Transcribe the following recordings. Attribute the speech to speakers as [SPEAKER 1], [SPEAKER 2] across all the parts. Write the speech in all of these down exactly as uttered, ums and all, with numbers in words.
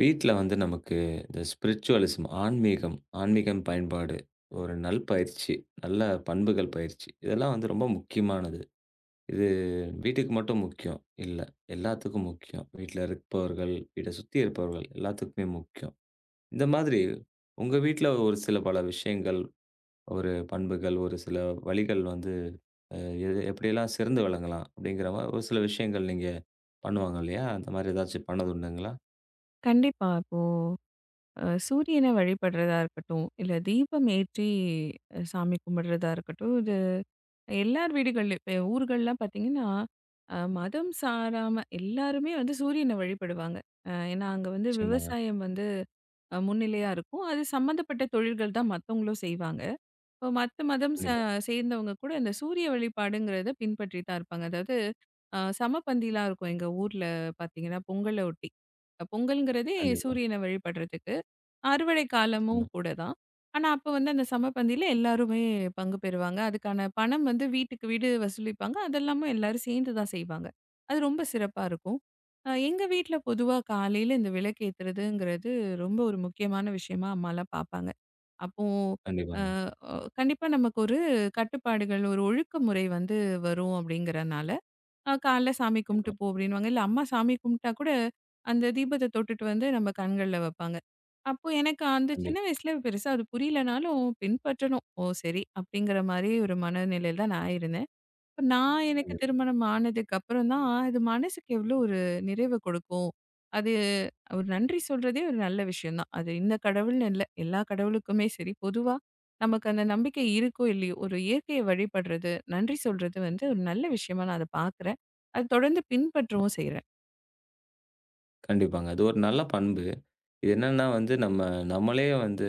[SPEAKER 1] வீட்ல வந்து நமக்கு இந்த ஸ்பிரிச்சுவலிசம் ஆன்மீகம், ஆன்மீகம் பயன்பாடு, ஒரு நல்பயிற்சி, நல்ல பண்புகள் பயிற்சி, இதெல்லாம் வந்து ரொம்ப முக்கியமானது. இது வீட்டுக்கு மட்டும் முக்கியம் இல்ல. எல்லாத்துக்கும் முக்கியம். வீட்ல இருப்பவர்கள், வீட்ட சுத்தி இருப்பவர்கள் எல்லாத்துக்குமே முக்கியம். இந்த மாதிரி உங்க வீட்ல ஒரு சில பல விஷயங்கள், ஒரு பண்புகள், ஒரு சில வழிகள் வந்து அ எது எப்படியெல்லாம் சிறந்து விளங்கலாம் அப்படிங்கிற மாரி ஒரு சில விஷயங்கள் நீங்க பண்ணுவாங்க இல்லையா? அந்த மாரி ஏதாச்சும் பண்ணது உண்டுங்களா?
[SPEAKER 2] கண்டிப்பா. இப்போ அ சூரியன வழிபடுறதா இருக்கட்டும், இல்ல தீபம் ஏற்றி அ சாமி கும்பிடுறதா இருக்கட்டும், இது எல்லார் வீடுகள்லயும் இப்ப ஊர்கள்லாம் பார்த்தீங்கன்னா, அ மதம் சாராம எல்லாருமே வந்து சூரியன வழிபடுவாங்க. அ ஏன்னா அங்க வந்து
[SPEAKER 1] நிச்சயமாங்க.
[SPEAKER 2] விவசாயம் வந்து அ முன்னிலையா இருக்கும். அது சம்மந்தப்பட்ட தொழில்கள் தான் மத்தவங்களும் செய்வாங்க. இப்போ மத்த மதம் ச
[SPEAKER 1] கண்டிப்பா,
[SPEAKER 2] சேர்ந்தவங்க கூட இந்த சூரிய வழிபாடுங்கிறத பின்பற்றி தான் இருப்பாங்க. அதாவது அ சமபந்திலாம் இருக்கும் எங்க ஊர்ல பார்த்தீங்கன்னா, பொங்கல ஒட்டி. அஹ் பொங்கல்ங்கிறதே
[SPEAKER 1] கண்டிப்பா.
[SPEAKER 2] சூரியனை வழிபடுறதுக்கு. அறுவடை காலமும்
[SPEAKER 1] ஆமா.
[SPEAKER 2] கூட தான். ஆனா, அப்ப வந்து அந்த சமபந்தியில எல்லாருமே பங்கு பெறுவாங்க. அதுக்கான பணம் வந்து வீட்டுக்கு வீடு வசூலிப்பாங்க. அதெல்லாமும் எல்லாரும் சேர்ந்து தான் செய்வாங்க. அது ரொம்ப சிறப்பா இருக்கும். அ எங்க வீட்ல பொதுவா காலையில இந்த விளக்கேத்துறதுங்கிறது ரொம்ப ஒரு முக்கியமான விஷயமா அம்மாலாம் பார்ப்பாங்க. அப்போ அ,
[SPEAKER 1] கண்டிப்பாங்க.
[SPEAKER 2] அ கண்டிப்பா நமக்கு ஒரு கட்டுப்பாடுகள், ஒரு ஒழுக்க முறை வந்து வரும் அப்படிங்கிறனால. அ "காலைல சாமி
[SPEAKER 1] ஆமா.
[SPEAKER 2] கும்பிட்டு போ" அப்படின்னுவாங்க. இல்ல அம்மா சாமி கும்பிட்டா கூட, அந்த தீபத்த தொட்டுட்டு வந்து நம்ம கண்கள்ல வைப்பாங்க. அப்போ எனக்கு அந்த சின்ன
[SPEAKER 1] கண்டிப்பா,
[SPEAKER 2] வயசுல பெருசா அது புரியலனாலும் பின்பற்றணும். ஓ! சரி அப்படிங்கிற மாரி ஒரு மனநிலையில தான் நான் இருந்தேன். இப்ப நான் எனக்கு
[SPEAKER 1] கண்டிப்பா.
[SPEAKER 2] திருமணம் ஆனதுக்கு அப்புறம் தான், அது மனசுக்கு எவ்வளோ ஒரு நிறைவ கொடுக்கும். அது ஒரு நன்றி சொல்றதே ஒரு நல்ல விஷயம் தான். அது இந்த கடவுள்னு இல்ல. எல்லா கடவுளுக்குமே சரி, பொதுவா நமக்கு அந்த நம்பிக்கை இருக்கோ இல்லையோ, ஒரு இயற்கையை வழிபடுறது, நன்றி சொல்றது வந்து ஒரு நல்ல விஷயமா நான் அத பார்க்குறேன். அது தொடர்ந்து பின்பற்றவும் செய்றேன்.
[SPEAKER 1] கண்டிப்பாங்க. அது ஒரு நல்ல பண்பு. இது என்னன்னா வந்து நம்ம நம்மளே வந்து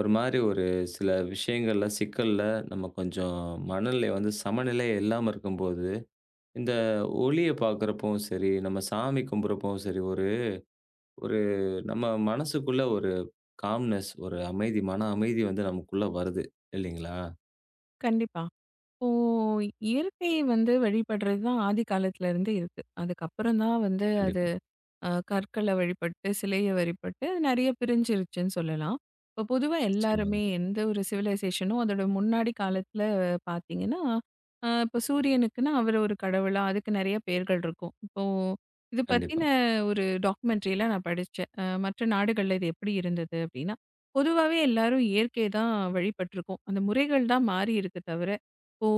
[SPEAKER 1] ஒரு மாரி ஒரு சில விஷயங்கள்ல, சிக்கல்ல நம்ம கொஞ்சம் மனநிலை வந்து சமநிலை இல்லாம இருக்கும்போது, இந்த ஒளிய பார்க்குறப்பவும் சரி, நம்ம சாமி கும்பிட்றப்பவும் சரி, ஒரு ஒரு நம்ம மனசுக்குள்ள ஒரு காம்னஸ், ஒரு அமைதி, மன அமைதி வந்து நமக்குள்ள வருது. இல்லைங்களா?
[SPEAKER 2] கண்டிப்பா. இப்போ இயற்கையை வந்து வழிபடுறது தான் ஆதி காலத்துல இருந்தே இருக்கு. அதுக்கப்புறம் தான் வந்து அது
[SPEAKER 1] கண்டிப்பா.
[SPEAKER 2] அ கற்களை வழிபட்டு, சிலைய வழிபட்டு அது நெறைய பிரிஞ்சிருச்சுன்னு சொல்லலாம். இப்போ பொதுவா எல்லாருமே
[SPEAKER 1] நிச்சயமாங்க.
[SPEAKER 2] எந்த ஒரு சிவிலைசேஷனும் அதோட முன்னாடி காலத்துல பார்த்தீங்கன்னா, அ இப்போ சூரியனுக்குன்னா அவர் ஒரு கடவுளா, அதுக்கு நெறைய பெயர்கள் இருக்கும். இப்போ இது பத்தின
[SPEAKER 1] கண்டிப்பா,
[SPEAKER 2] ஒரு டாக்குமெண்ட்ரிலாம் நான் படிச்சேன். அ மற்ற நாடுகள்ல இது எப்படி இருந்தது அப்படின்னா, பொதுவாவே எல்லாரும் இயற்கைய தான் வழிபட்டுருக்கோம். அந்த முறைகள் தான் மாறி இருக்கு தவிர, இப்போ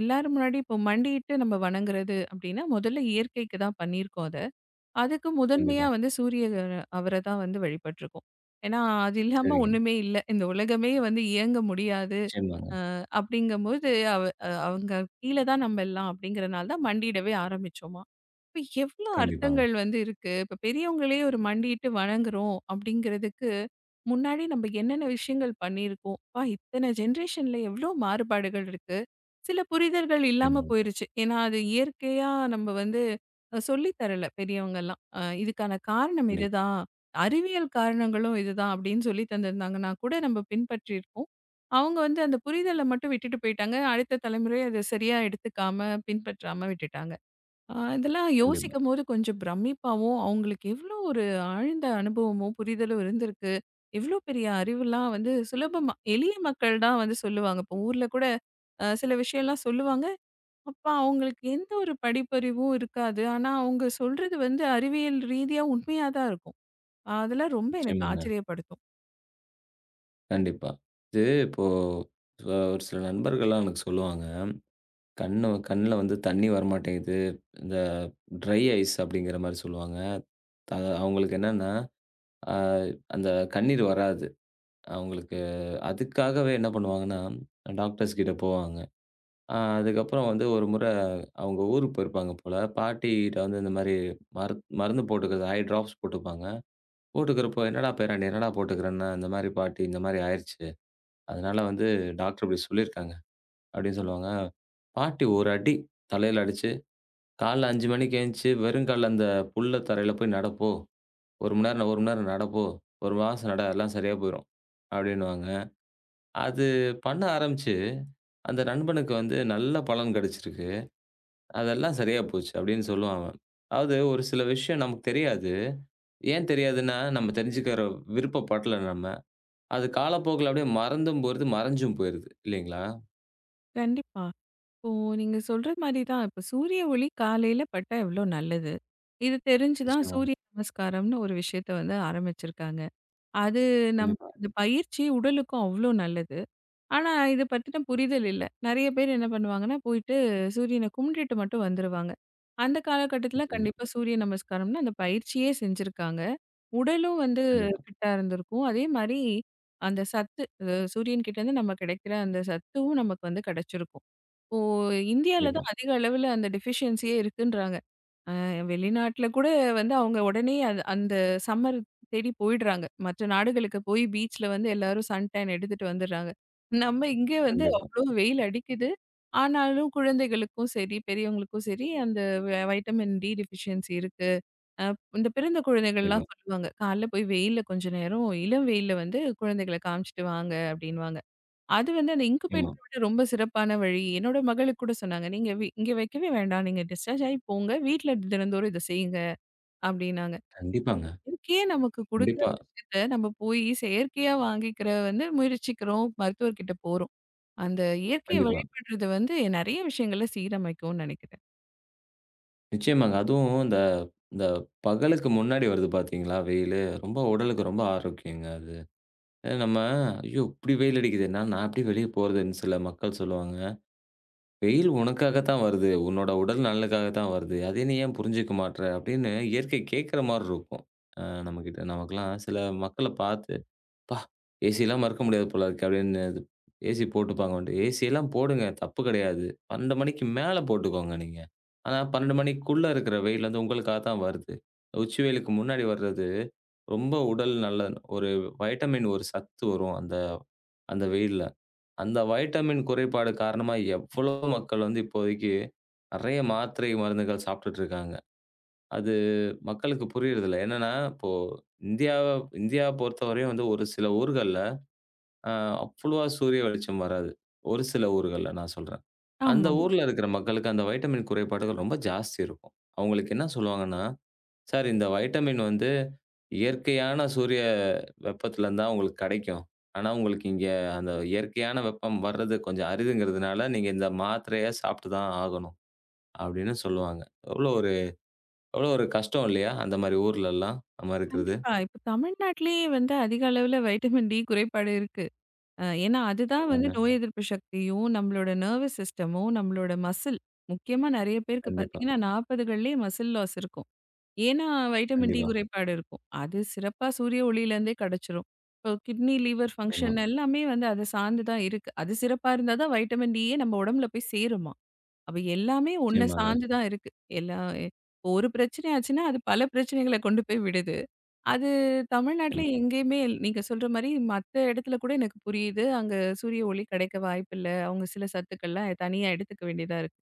[SPEAKER 2] எல்லாரும் முன்னாடி இப்போ மண்டியிட்டு நம்ம வணங்குறது அப்படின்னா, முதல்ல இயற்கைக்கு தான் பண்ணியிருக்கோம் அத. அதுக்கு முதன்மையா
[SPEAKER 1] கண்டிப்பாங்க.
[SPEAKER 2] வந்து சூரிய அவரை தான் வந்து வழிபட்டுருக்கோம். ஏன்னா, அது இல்லாம
[SPEAKER 1] சரிங்க.
[SPEAKER 2] ஒண்ணுமே இல்ல. இந்த உலகமே வந்து இயங்க முடியாது.
[SPEAKER 1] நிச்சயமாங்க.
[SPEAKER 2] அப்படிங்கும்போது அவ அ அவங்க கீழ தான் நம்ம எல்லாம் அப்படிங்கிறனால தான் மண்டியிடவே ஆரம்பிச்சோமா. இப்ப எவ்ளோ
[SPEAKER 1] கண்டிப்பாங்க.
[SPEAKER 2] அர்த்தங்கள் வந்து இருக்கு. இப்ப பெரியவங்களே ஒரு மண்டியிட்டு வணங்குறோம் அப்படிங்கிறதுக்கு, முன்னாடி நம்ம என்னென்ன விஷயங்கள் பண்ணியிருக்கோம். அப்பா இத்தனை ஜென்ரேஷன்ல எவ்ளோ மாறுபாடுகள் இருக்கு. சில புரிதல்கள் இல்லாம
[SPEAKER 1] நிச்சயமாங்க.
[SPEAKER 2] போயிருச்சு. ஏன்னா அது இயற்கையா நம்ம வந்து அ சொல்லி தரல பெரியவங்கலாம். அ இதுக்கான காரணம்
[SPEAKER 1] கண்டிப்பா,
[SPEAKER 2] இதுதான். அறிவியல் காரணங்களும் இதுதான் அப்படின்னு சொல்லி தந்திருந்தாங்கன்னா கூட நம்ம பின்பற்றியிருப்போம். அவங்க வந்து அந்த புரிதல மட்டும் விட்டுட்டு போயிட்டாங்க. அடுத்த தலைமுறை அத சரியா எடுத்துக்காம, பின்பற்றாம விட்டுட்டாங்க. அ இதெல்லாம்
[SPEAKER 1] கண்டிப்பா.
[SPEAKER 2] யோசிக்கும்போது கொஞ்சம் பிரமிப்பாவும், அவங்களுக்கு எவ்ளோ ஒரு ஆழ்ந்த அனுபவமும், புரிதலும் இருந்திருக்கு. எவ்ளோ பெரிய அறிவுலாம் வந்து சுலபமா எளிய மக்கள் தான் வந்து சொல்லுவாங்க. இப்போ ஊர்ல கூட அ சில விஷயம்லாம் சொல்லுவாங்க. அப்ப அவங்களுக்கு எந்த ஒரு படிப்பறிவும் இருக்காது. ஆனா அவங்க சொல்றது வந்து அறிவியல் ரீதியா உண்மையா தான் இருக்கும். ஆஹ் அதெல்லாம் ரொம்ப எனக்கு
[SPEAKER 1] நிச்சயமாங்க.
[SPEAKER 2] ஆச்சரியப்படுத்தும்.
[SPEAKER 1] கண்டிப்பா. இது இப்போ அ ஒரு சில நண்பர்கள்லாம் எனக்கு சொல்லுவாங்க. கண்ணு கண்ல வந்து தண்ணி வரமாட்டேங்குது. இந்த ட்ரை ஐஸ் அப்படிங்கிற மாரி சொல்லுவாங்க. த அவங்களுக்கு என்னன்னா, அ அந்த கண்ணீர் வராது. அவங்களுக்கு அதுக்காகவே என்ன பண்ணுவாங்கன்னா, டாக்டர்ஸ் கிட்ட போவாங்க. அ அதுக்கப்புறம் வந்து ஒரு முறை அவங்க ஊருக்கு போயிருப்பாங்க போல. பாட்டிட்ட வந்து இந்த மாரி மரு மருந்து போட்டுக்கிறது ஐ ட்ராப்ஸ் போட்டுப்பாங்க. போட்டுக்கிறப்போ, "என்னடா பேராண்டி என்னடா போட்டுக்கிறன்னா?" இந்த மாரி பாட்டி இந்த மாரி ஆயிருச்சு. அதனால வந்து டாக்டர் இப்படி சொல்லியிருக்காங்க அப்படின்னு சொல்லுவாங்க. பாட்டி ஒரு அடி தலையில அடிச்சு, "காலைல ஐந்து மணிக்கு எந்திச்சு வெறுங்கால்ல அந்த புல்ல தரையில போய் நட போ. ஒரு மணி நேரம் ஒரு மணி நேரம் நட போ. ஒரு மாசம் நட எல்லாம் சரியா போயிரும்." அப்படின்னுவாங்க. அது பண்ண ஆரம்பிச்சு, அந்த நண்பனுக்கு வந்து நல்ல பலன் கிடைச்சிருக்கு. அதெல்லாம் சரியா போச்சு அப்படின்னு சொல்லுவான் அவன். அதாவது ஒரு சில விஷயம் நமக்கு தெரியாது. ஏன் தெரியாதுன்னா, நம்ம தெரிஞ்சுக்கிற விருப்பப்படல நம்ம. அது காலப்போக்குல அப்படியே மறந்தும் போயிருது, மறைஞ்சும் போயிருது இல்லைங்களா?
[SPEAKER 2] கண்டிப்பா. இப்போ நீங்க சொல்ற மாரி தான். இப்ப சூரிய ஒளி காலையில பட்டா எவ்ளோ நல்லது. இது தெரிஞ்சு தான்
[SPEAKER 1] நிச்சயமாங்க.
[SPEAKER 2] சூரிய நமஸ்காரம்னு ஒரு விஷயத்த வந்து ஆரம்பிச்சிருக்காங்க. அது நம்ம
[SPEAKER 1] கண்டிப்பா.
[SPEAKER 2] அந்த பயிற்சி உடலுக்கும் அவ்ளோ நல்லது. ஆனா இத பத்தின புரிதல் இல்ல. நெறைய பேர் என்ன பண்ணுவாங்கன்னா, போயிட்டு சூரியன கும்பிட்டுட்டு மட்டும் வந்துருவாங்க. அந்த காலகட்டத்தில
[SPEAKER 1] நிச்சயமா.
[SPEAKER 2] கண்டிப்பா சூரிய நமஸ்காரம்னு அந்த பயிற்சியே செஞ்சிருக்காங்க. உடலும் வந்து
[SPEAKER 1] கண்டிப்பா,
[SPEAKER 2] ஃபிட்டா இருந்திருக்கும். அதே மாரி அந்த சத்து அ சூரியன்கிட்டேருந்து நம்ம கிடைக்கிற அந்த சத்தும் நமக்கு வந்து கிடைச்சிருக்கும். ஓ! இந்தியால
[SPEAKER 1] கண்டிப்பா,
[SPEAKER 2] தான் அதிக அளவுல அந்த டெஃபிஷியன்சியே இருக்குன்றாங்க. அ வெளிநாட்ல கூட வந்து அவங்க உடனே அது அந்த சம்மர் தேடி போயிடுறாங்க. மற்ற நாடுகளுக்கு போய் பீச்ல வந்து எல்லாரும் சன்டேன் எடுத்துட்டு வந்துடுறாங்க. நம்ம இங்க வந்து
[SPEAKER 1] கண்டிப்பா,
[SPEAKER 2] அவ்ளோ வெயில் அடிக்குது. ஆனாலும் குழந்தைகளுக்கும் சரி, பெரியவங்களுக்கும் சரி அந்த வை வைட்டமின் டி டெஃபிஷியன்சி இருக்கு. அ இந்த பிறந்த குழந்தைகள்லாம்
[SPEAKER 1] கண்டிப்பா.
[SPEAKER 2] சொல்லுவாங்க. காலைல போய் வெயில்ல கொஞ்ச நேரம் இளம் வெயில்ல வந்து குழந்தைகள காமிச்சுட்டு வாங்க அப்படின்னுவாங்க. அது வந்து அந்த
[SPEAKER 1] நிச்சயமா.
[SPEAKER 2] இன்குபேட்டர விட ரொம்ப சிறப்பான வழி. என்னோட மகளுக்கு கூட சொன்னாங்க. "நீங்க வி இங்க வைக்கவே வேண்டாம். நீங்க டிஸ்சார்ஜ் ஆயி போங்க. வீட்ல தினந்தோறும் இத செய்யுங்க" அப்டின்னாங்க.
[SPEAKER 1] கண்டிப்பாங்க.
[SPEAKER 2] இதுக்கே நமக்கு குடுக்குற
[SPEAKER 1] கண்டிப்பா,
[SPEAKER 2] விஷயத்த நம்ம போயி செயற்கையா வாங்கிக்கிற வந்து முயற்சிக்கிறோம். மருத்துவர்கிட்ட போறோம். அந்த இயற்கைய
[SPEAKER 1] கண்டிப்பா.
[SPEAKER 2] வழிபடுறது வந்து நெறைய விஷயங்கள சீரமைக்கும்னு நெனைக்கிறேன்.
[SPEAKER 1] நிச்சயமாங்க. அதுவும் இந்த இந்த பகலுக்கு முன்னாடி வருது பார்த்தீங்களா, வெயிலு, ரொம்ப உடலுக்கு ரொம்ப ஆரோக்கியங்க அது. அ நம்ம ஐயோ! இப்படி வெயில் அடிக்குதுன்னா, நான் எப்படி வெளிய போறதுன்னு சில மக்கள் சொல்லுவாங்க. "வெயில் உனக்காக தான் வருது. உன்னோட உடல் நலனுக்காக தான் வருது. அதை நீ ஏன் புரிஞ்சுக்க மாட்ற?" அப்படின்னு இயற்கை கேட்கிற மாரி இருக்கும். அ நம்மகிட்ட நமக்கெல்லாம் சில மக்கள பார்த்து "அப்பா! ஏசிலாம் மறக்க முடியாது போல இருக்கு" அப்படின்னு இது ஏசி போட்டுப்பாங்க உண்டு. ஏசிலாம் போடுங்க தப்பு கிடையாது. பன்னிரண்டு மணிக்கு மேல போட்டுக்கோங்க நீங்க. ஆனா பன்னிரண்டு மணிக்குள்ள இருக்கிற வெயில் வந்து உங்களுக்கா தான் வருது. உச்சி வெயிலுக்கு முன்னாடி வர்றது ரொம்ப உடல் நல்ல ஒரு வைட்டமின் ஒரு சத்து வரும் அந்த அந்த வெயில்ல. அந்த வைட்டமின் குறைபாடு காரணமா எவ்வளோ மக்கள் வந்து இப்போதைக்கு நெறைய மாத்திரை மருந்துகள் சாப்பிட்டுட்டு இருக்காங்க. அது மக்களுக்கு புரியறதில்ல. என்னன்னா இப்போ இந்தியாவ இந்தியாவ பொறுத்தவரையும் வந்து ஒரு சில ஊர்கள்ல அ அவ்வளவா சூரிய வெளிச்சம் வராது. ஒரு சில ஊர்கள்ல நான் சொல்றேன். அந்த
[SPEAKER 2] ஆமாமா.
[SPEAKER 1] ஊர்ல இருக்கிற மக்களுக்கு அந்த வைட்டமின் குறைபாடுகள் ரொம்ப ஜாஸ்தி இருக்கும். அவங்களுக்கு என்ன சொல்லுவாங்கன்னா, "சார் இந்த வைட்டமின் வந்து இயற்கையான சூரிய வெப்பத்துல இருந்தா உங்களுக்கு கிடைக்கும். ஆனா உங்களுக்கு இங்க அந்த இயற்கையான வெப்பம் வர்றது கொஞ்சம் அரிதுங்கிறதுனால நீங்க இந்த மாத்திரைய சாப்பிட்டு தான் ஆகணும்." அப்படின்னு சொல்லுவாங்க. எவ்வளோ ஒரு எவ்வளோ ஒரு கஷ்டம் இல்லையா? அந்த மாரி ஊர்லலாம் நம்ம இருக்கிறது.
[SPEAKER 2] கண்டிப்பா. இப்ப தமிழ்நாட்டிலேயே வந்து அதிக அளவுல வைட்டமின் டி குறைபாடு இருக்கு. அ ஏன்னா, அதுதான் வந்து
[SPEAKER 1] ஆமாங்க.
[SPEAKER 2] நோய் எதிர்ப்பு சக்தியும், நம்மளோட நர்வஸ் சிஸ்டமும், நம்மளோட மசில் முக்கியமா நெறைய பேருக்கு
[SPEAKER 1] கண்டிப்பா,
[SPEAKER 2] பார்த்தீங்கன்னா, நாற்பதுகள்லயே மசில் லாஸ் இருக்கும். ஏன்னா, வைட்டமின் டி
[SPEAKER 1] கண்டிப்பா.
[SPEAKER 2] குறைபாடு இருக்கும். அது சிறப்பா சூரிய ஒளியிலேருந்தே கெடைச்சிரும். இப்போ கிட்னி, லிவர்
[SPEAKER 1] நிச்சயமா,
[SPEAKER 2] ஃபங்ஷன் எல்லாமே வந்து அத சார்ந்து தான் இருக்கு. அது சிறப்பா இருந்தா தான் வைட்டமின் டியே நம்ம உடம்புல போய் சேருமாம். அப்ப எல்லாமே ஒண்ண
[SPEAKER 1] நிச்சயமாங்க,
[SPEAKER 2] சார்ந்து தான் இருக்கு. எல்லா இப்போ ஒரு பிரச்சனை ஆச்சுன்னா, அது பல பிரச்சனைகள கொண்டு போய் விடுது. அது தமிழ்நாட்டுல
[SPEAKER 1] நிச்சயமா,
[SPEAKER 2] எங்கேயுமே இல் நீங்க சொல்ற மாரி மத்த இடத்துல கூட எனக்கு புரியுது. அங்க சூரிய ஒளி கிடைக்க வாய்ப்பில்ல. அவங்க சில சத்துக்கள்லாம் தனியா எடுத்துக்க வேண்டியதா இருக்கு.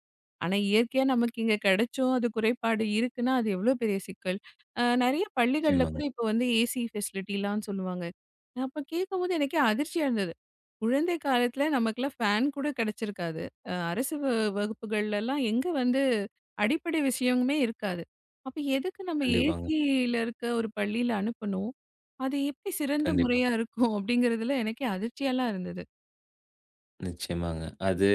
[SPEAKER 2] ஆனா இயற்கையா நமக்கு இங்க கிடைச்சும் அது குறைபாடு இருக்குன்னா, அது எவ்வளோ பெரிய சிக்கல். அ நெறைய பள்ளிகள்ல
[SPEAKER 1] நிச்சயமாங்க.
[SPEAKER 2] கூட இப்போ வந்து ஏசி ஃபெசிலிட்டிலாம் சொல்லுவாங்க. நான் அப்ப கேட்கும்போது எனக்கே அதிர்ச்சியா இருந்தது. குழந்தை காலத்துல நமக்கெல்லாம் ஃபேன் கூட கிடைச்சிருக்காது. அ அரசு வ வகுப்புகள்லலாம் எங்க வந்து அடிப்படை விஷயமுமே இருக்காது. அப்ப எதுக்கு நம்ம
[SPEAKER 1] கண்டிப்பாங்க,
[SPEAKER 2] ஏசில இருக்க ஒரு பள்ளியில அனுப்பணும்? அது எப்படி சிறந்த
[SPEAKER 1] கண்டிப்பா.
[SPEAKER 2] முறையா இருக்கும் அப்படிங்கிறதுல எனக்கே அதிர்ச்சியாலாம் இருந்தது.
[SPEAKER 1] நிச்சயமாங்க. அது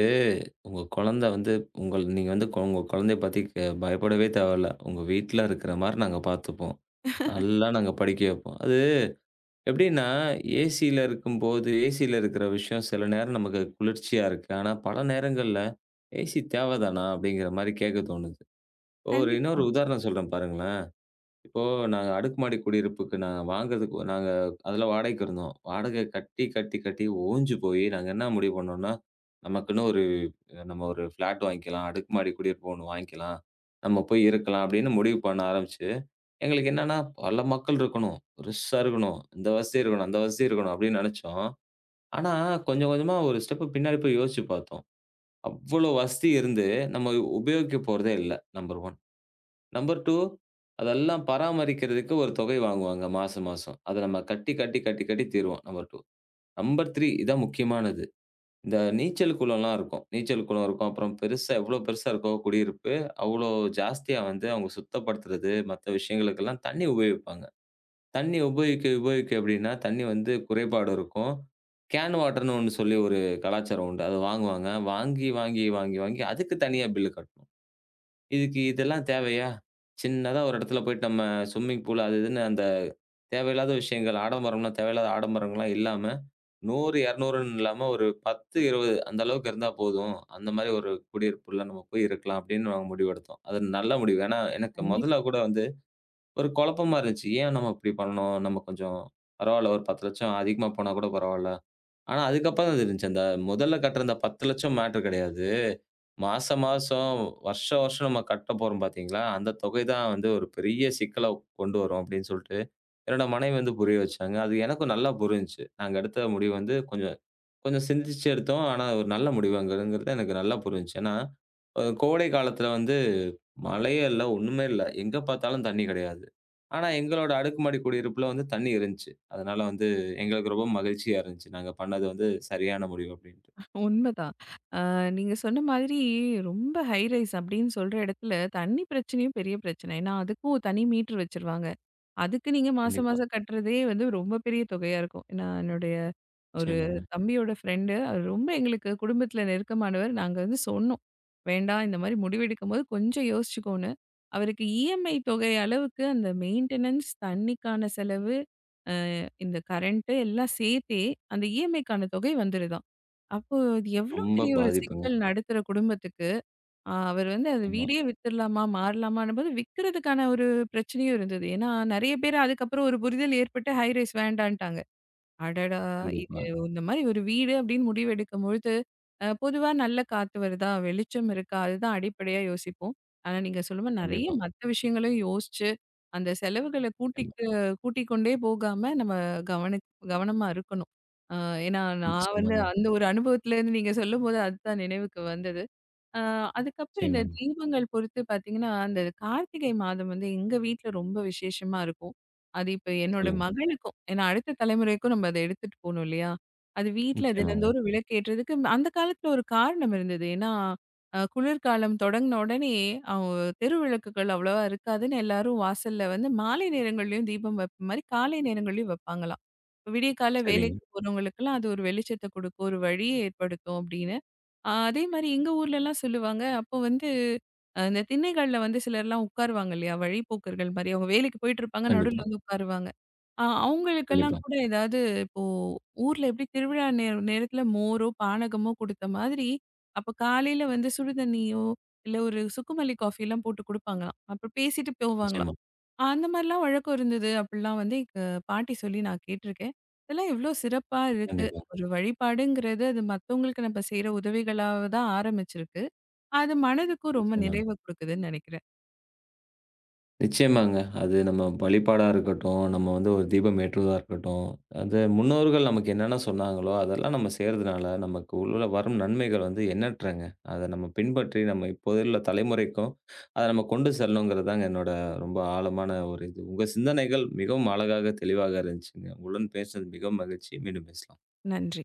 [SPEAKER 1] உங்க குழந்த வந்து உங்கள் நீங்க வந்து கொ- உங்க குழந்தைய பத்தி க பயப்படவே தேவையில்ல. உங்க வீட்ல இருக்கிற மாரி நாங்க பார்த்துப்போம். நல்லா நாங்க படிக்க வைப்போம். அது எப்படின்னா, ஏசில இருக்கும்போது, ஏசில இருக்கிற விஷயம் சில நேரம் நமக்கு குளிர்ச்சியா இருக்கு. ஆனா, பல நேரங்கள்ல ஏசி தேவைதானா? அப்படிங்கிற மாரி கேட்க தோணுது. இப்போ ஒரு
[SPEAKER 2] கண்டிப்பா,
[SPEAKER 1] இன்னொரு உதாரணம் சொல்றேன் பாருங்களேன். இப்போ நாங்க அடுக்குமாடி குடியிருப்புக்கு நாங்க வாங்குறதுக்கு நாங்க அதில வாடகைக்கு இருந்தோம். வாடகை கட்டி, கட்டி, கட்டி ஓஞ்சு போய் நாங்க என்ன முடிவு பண்ணோம்னா, நமக்குன்னு ஒரு நம்ம ஒரு ஃப்ளாட் வாங்கிக்கலாம். அடுக்குமாடி குடியிருப்பு ஒண்ணு வாங்கிக்கலாம். நம்ம போய் இருக்கலாம் அப்படின்னு முடிவு பண்ண ஆரம்பிச்சு, எங்களுக்கு என்னன்னா பல மக்கள் இருக்கணும். பெருசா இருக்கணும். இந்த வசதி இருக்கணும், அந்த வசதி இருக்கணும் அப்படின்னு நெனச்சோம். ஆனா கொஞ்சம் கொஞ்சமா ஒரு ஸ்டெப் பின்னாடி போய் யோசிச்சு பார்த்தோம். அவ்வளோ வசதி இருந்து நம்ம உபயோகிக்க போறதே இல்ல. நம்பர் ஒன்று. நம்பர் இரண்டு அதெல்லாம் பராமரிக்கிறதுக்கு ஒரு தொகை வாங்குவாங்க மாசம் மாசம். அத நம்ம கட்டி, கட்டி, கட்டி, கட்டி தீருவோம். நம்பர் இரண்டு. நம்பர் மூன்று இதான் முக்கியமானது. இந்த நீச்சல் குளம்லாம் இருக்கும். நீச்சல் குளம் இருக்கும். அப்புறம் பெருசா எவ்வளோ பெருசா இருக்கோ குடியிருப்பு, அவ்வளோ ஜாஸ்தியா வந்து அவங்க சுத்தப்படுத்துறது, மத்த விஷயங்களுக்கெல்லாம் தண்ணி உபயோகிப்பாங்க. தண்ணி உபயோகிக்க உபயோகிக்க எப்படின்னா, தண்ணி வந்து குறைபாடு இருக்கும். கேன் வாட்டர்ன்னு ஒண்ணு சொல்லி ஒரு கலாச்சாரம் உண்டு. அத வாங்குவாங்க. வாங்கி, வாங்கி, வாங்கி, வாங்கி அதுக்கு தனியா பில் கட்டணும். இதுக்கு இதெல்லாம் தேவையா? சின்னதா ஒரு இடத்துல போயிட்டு நம்ம ஸ்விம்மிங் பூல் அது இதுன்னு அந்த தேவையில்லாத விஷயங்கள், ஆடம்பரம்லாம் தேவையில்லாத ஆடம்பரங்கள்லாம் இல்லாம, நூறு, 200ன்னு இல்லாம ஒரு பத்து, இருபது அந்த அளவுக்கு இருந்தா போதும். அந்த மாரி ஒரு குடியிருப்புல நம்ம போய் இருக்கலாம் அப்படின்னு நாங்க முடிவெடுத்தோம். அது நல்ல முடிவு. ஏன்னா, எனக்கு முதல்ல
[SPEAKER 2] கண்டிப்பா.
[SPEAKER 1] கூட வந்து ஒரு குழப்பமா இருந்துச்சு. ஏன் நம்ம இப்படி பண்ணோம்? நம்ம கொஞ்சம் பரவால்ல ஒரு பத்து லட்சம் அதிகமா போனா கூட பரவால்ல. ஆனா, அதுக்கப்புறம் தான் தெரிஞ்சுச்சு. அந்த முதல்ல கட்டுற அந்த பத்து லட்சம் மேட்டர் கிடையாது. மாசம், மாசம், வருஷம், வருஷம் நம்ம கட்ட போறோம் பார்த்தீங்களா? அந்த தொகை தான் வந்து ஒரு பெரிய சிக்கல கொண்டு வரும் அப்படின்னு சொல்லிட்டு, என்னோட மனைவி வந்து புரிய வச்சாங்க. அது எனக்கும் நல்லா புரிஞ்சுச்சு. நாங்க எடுத்த முடிவு வந்து கொஞ்சம் கொஞ்சம் சிந்திச்சு எடுத்தோம். ஆனா ஒரு நல்ல முடிவுங்கிறங்கிறது எனக்கு நல்லா புரிஞ்சுச்சு. ஏன்னா, அ கோடை காலத்துல வந்து மழையே இல்ல, ஒண்ணுமே இல்ல. எங்க பார்த்தாலும் தண்ணி கிடையாது. ஆனா எங்களோட அடுக்குமாடி குடியிருப்புல வந்து தண்ணி இருந்துச்சு. அதனால வந்து எங்களுக்கு ரொம்ப மகிழ்ச்சியா இருந்துச்சு. நாங்க பண்ணது வந்து சரியான முடிவு அப்படின்ட்டு.
[SPEAKER 2] உண்மதான். அ நீங்க சொன்ன மாதிரி ரொம்ப ஹை ரைஸ் அப்படின்னு சொல்ற இடத்துல தண்ணி பிரச்சனையும் பெரிய பிரச்சனை. ஏன்னா அதுக்கும் தனி மீட்டர் வச்சுருவாங்க. அதுக்கு நீங்க மாசம்
[SPEAKER 1] கண்டிப்பா.
[SPEAKER 2] மாசம் கட்டுறதே வந்து ரொம்ப பெரிய தொகையா இருக்கும். நான் என்னுடைய ஒரு
[SPEAKER 1] நிச்சயமாங்க.
[SPEAKER 2] தம்பியோட ஃப்ரெண்டு அவர் ரொம்ப எங்களுக்கு குடும்பத்தில நெருக்கமானவர். நாங்க வந்து சொன்னோம். வேண்டாம் இந்த மாரி முடிவெடுக்கும்போது கொஞ்சம் யோசிச்சுக்கோன்னு. அவருக்கு இஎம்ஐ தொகை அளவுக்கு அந்த மெயின்டெனன்ஸ், தண்ணிக்கான செலவு, இந்த கரண்ட்டு எல்லாம் சேர்த்தே அந்த இஎம்ஐக்கான தொகை வந்துருதாம். அப்போ இது எவ்ளோ
[SPEAKER 1] ரொம்ப
[SPEAKER 2] பெரிய ஒரு
[SPEAKER 1] பாதிப்புங்க.
[SPEAKER 2] சிக்கல் நடுத்தர குடும்பத்துக்கு. ஆ அவர் வந்து அந்த
[SPEAKER 1] ஆமா.
[SPEAKER 2] வீடே வித்துடலாமா? மாறலாமான்னும்போது விக்கிறதுக்கான ஒரு பிரச்சனையும் இருந்தது. ஏன்னா, நெறைய பேர் அதுக்கப்புறம் ஒரு புரிதல் ஏற்பட்டு ஹை ரைஸ் வேண்டான்ட்டாங்க. அடடா! இது
[SPEAKER 1] கண்டிப்பா,
[SPEAKER 2] இந்த மாரி ஒரு வீடு அப்படின்னு முடிவெடுக்கும்பொழுது, அ பொதுவா நல்ல காத்து வருதா? வெளிச்சம் இருக்கா? அதுதான் அடிப்படையா யோசிப்போம். ஆனா, நீங்க சொல்லும்போது நெறைய
[SPEAKER 1] கண்டிப்பா.
[SPEAKER 2] மத்த விஷயங்களையும் யோசிச்சு, அந்த செலவுகள கூட்டிட்டு கூட்டிக் கொண்டே போகாம நம்ம கவனி கவனமா இருக்கணும். அ ஏன்னா நான்
[SPEAKER 1] நிச்சயமா.
[SPEAKER 2] வந்து
[SPEAKER 1] நிச்சயமாங்க,
[SPEAKER 2] அந்த ஒரு அனுபவத்திலேருந்து நீங்க சொல்லும்போது அதுதான் நினைவுக்கு வந்தது. அ அதுக்கப்புறம் இந்த
[SPEAKER 1] நிச்சயமாங்க.
[SPEAKER 2] தீபங்கள் பொறுத்து பார்த்தீங்கன்னா, அந்த கார்த்திகை மாதம் வந்து எங்க வீட்ல ரொம்ப விசேஷமா இருக்கும். அது இப்ப என்னோட
[SPEAKER 1] சொல்லுங்க.
[SPEAKER 2] மகனுக்கும் ஏன்னா அடுத்த தலைமுறைக்கும் நம்ம அத எடுத்துட்டு போணும் இல்லையா? அது வீட்ல
[SPEAKER 1] நிச்சயமாங்க.
[SPEAKER 2] தினந்தோறும் விளக்கேற்றதுக்கு ம- அந்த காலத்துல ஒரு காரணம் இருந்தது. ஏன்னா, அ குளிர்காலம் தொடங்குன உடனே அவ் தெருவிளக்குகள் அவ்வளவா இருக்காதுன்னு எல்லாரும் வாசல்ல வந்து மாலை நேரங்கள்லயும் தீபம் வைப்ப மாரி காலை நேரங்கள்லயும் வைப்பாங்களாம். விடிய காலை
[SPEAKER 1] சரிங்க.
[SPEAKER 2] வேலைக்கு போறவங்களுக்கெல்லாம் அது ஒரு வெளிச்சத்த குடுக்கும், ஒரு வழிய ஏற்படுத்தும் அப்படின்னு. ஆ அதே மாரி எங்க ஊர்லலாம் சொல்லுவாங்க. அப்போ வந்து அ இந்த திண்ணைகள்ல வந்து சிலர்லாம் உட்காருவாங்க இல்லையா? வழிப்போக்கர்கள் மாரி. அவங்க வேலைக்கு போயிட்டுருப்பாங்க. நடுவுல
[SPEAKER 1] கண்டிப்பா,
[SPEAKER 2] வந்து உட்காருவாங்க. அ அவங்களுக்கெல்லாம்
[SPEAKER 1] கண்டிப்பா.
[SPEAKER 2] கூட ஏதாவது இப்போ ஊர்ல எப்படி திருவிழா நேர நேரத்துல மோரோ, பானகமோ குடுத்த மாதிரி, அப்ப காலையில வந்து சுடுதண்ணியோ, இல்ல ஒரு சுக்குமல்லி காஃபிலாம் போட்டு குடுப்பாங்களாம். அப்ப பேசிட்டு போவாங்களாம்.
[SPEAKER 1] நிச்சயமா,
[SPEAKER 2] அந்த மாரிலாம் வழக்கம் இருந்தது. அப்டிலாம் வந்து எங்க பாட்டி சொல்லி நான் கேட்டுருக்கேன். இதெல்லாம் எவ்ளோ சிறப்பா இருக்கு.
[SPEAKER 1] கண்டிப்பா.
[SPEAKER 2] ஒரு வழிபாடுங்கிறது அது மத்தவங்களுக்கு நம்ம செய்ற உதவிகளாக தான் ஆரம்பிச்சிருக்கு. அது மனதுக்கும் ரொம்ப
[SPEAKER 1] நிச்சயமாங்க.
[SPEAKER 2] நிறைவ குடுக்குதுன்னு நெனைக்கிறேன்.
[SPEAKER 1] நிச்சயமாங்க. அது நம்ம வழிபாடா இருக்கட்டும், நம்ம வந்து ஒரு தீபம் ஏற்றுவதா இருக்கட்டும், அது முன்னோர்கள் நமக்கு என்னென்ன சொன்னாங்களோ, அதெல்லாம் நம்ம செய்றதுனால நமக்கு உள்ள வரும் நன்மைகள் வந்து எண்ணற்றங்க. அத நம்ம பின்பற்றி நம்ம இப்போது உள்ள தலைமுறைக்கும் அத நம்ம கொண்டு செல்லணுங்கிறது தாங்க என்னோட ரொம்ப ஆழமான ஒரு இது. உங்க சிந்தனைகள் மிகவும் அழகாக, தெளிவாக இருந்துச்சுங்க. உங்களுடன் பேசுனது மிகவும் மகிழ்ச்சி. மீண்டும் பேசலாம்.
[SPEAKER 2] நன்றி.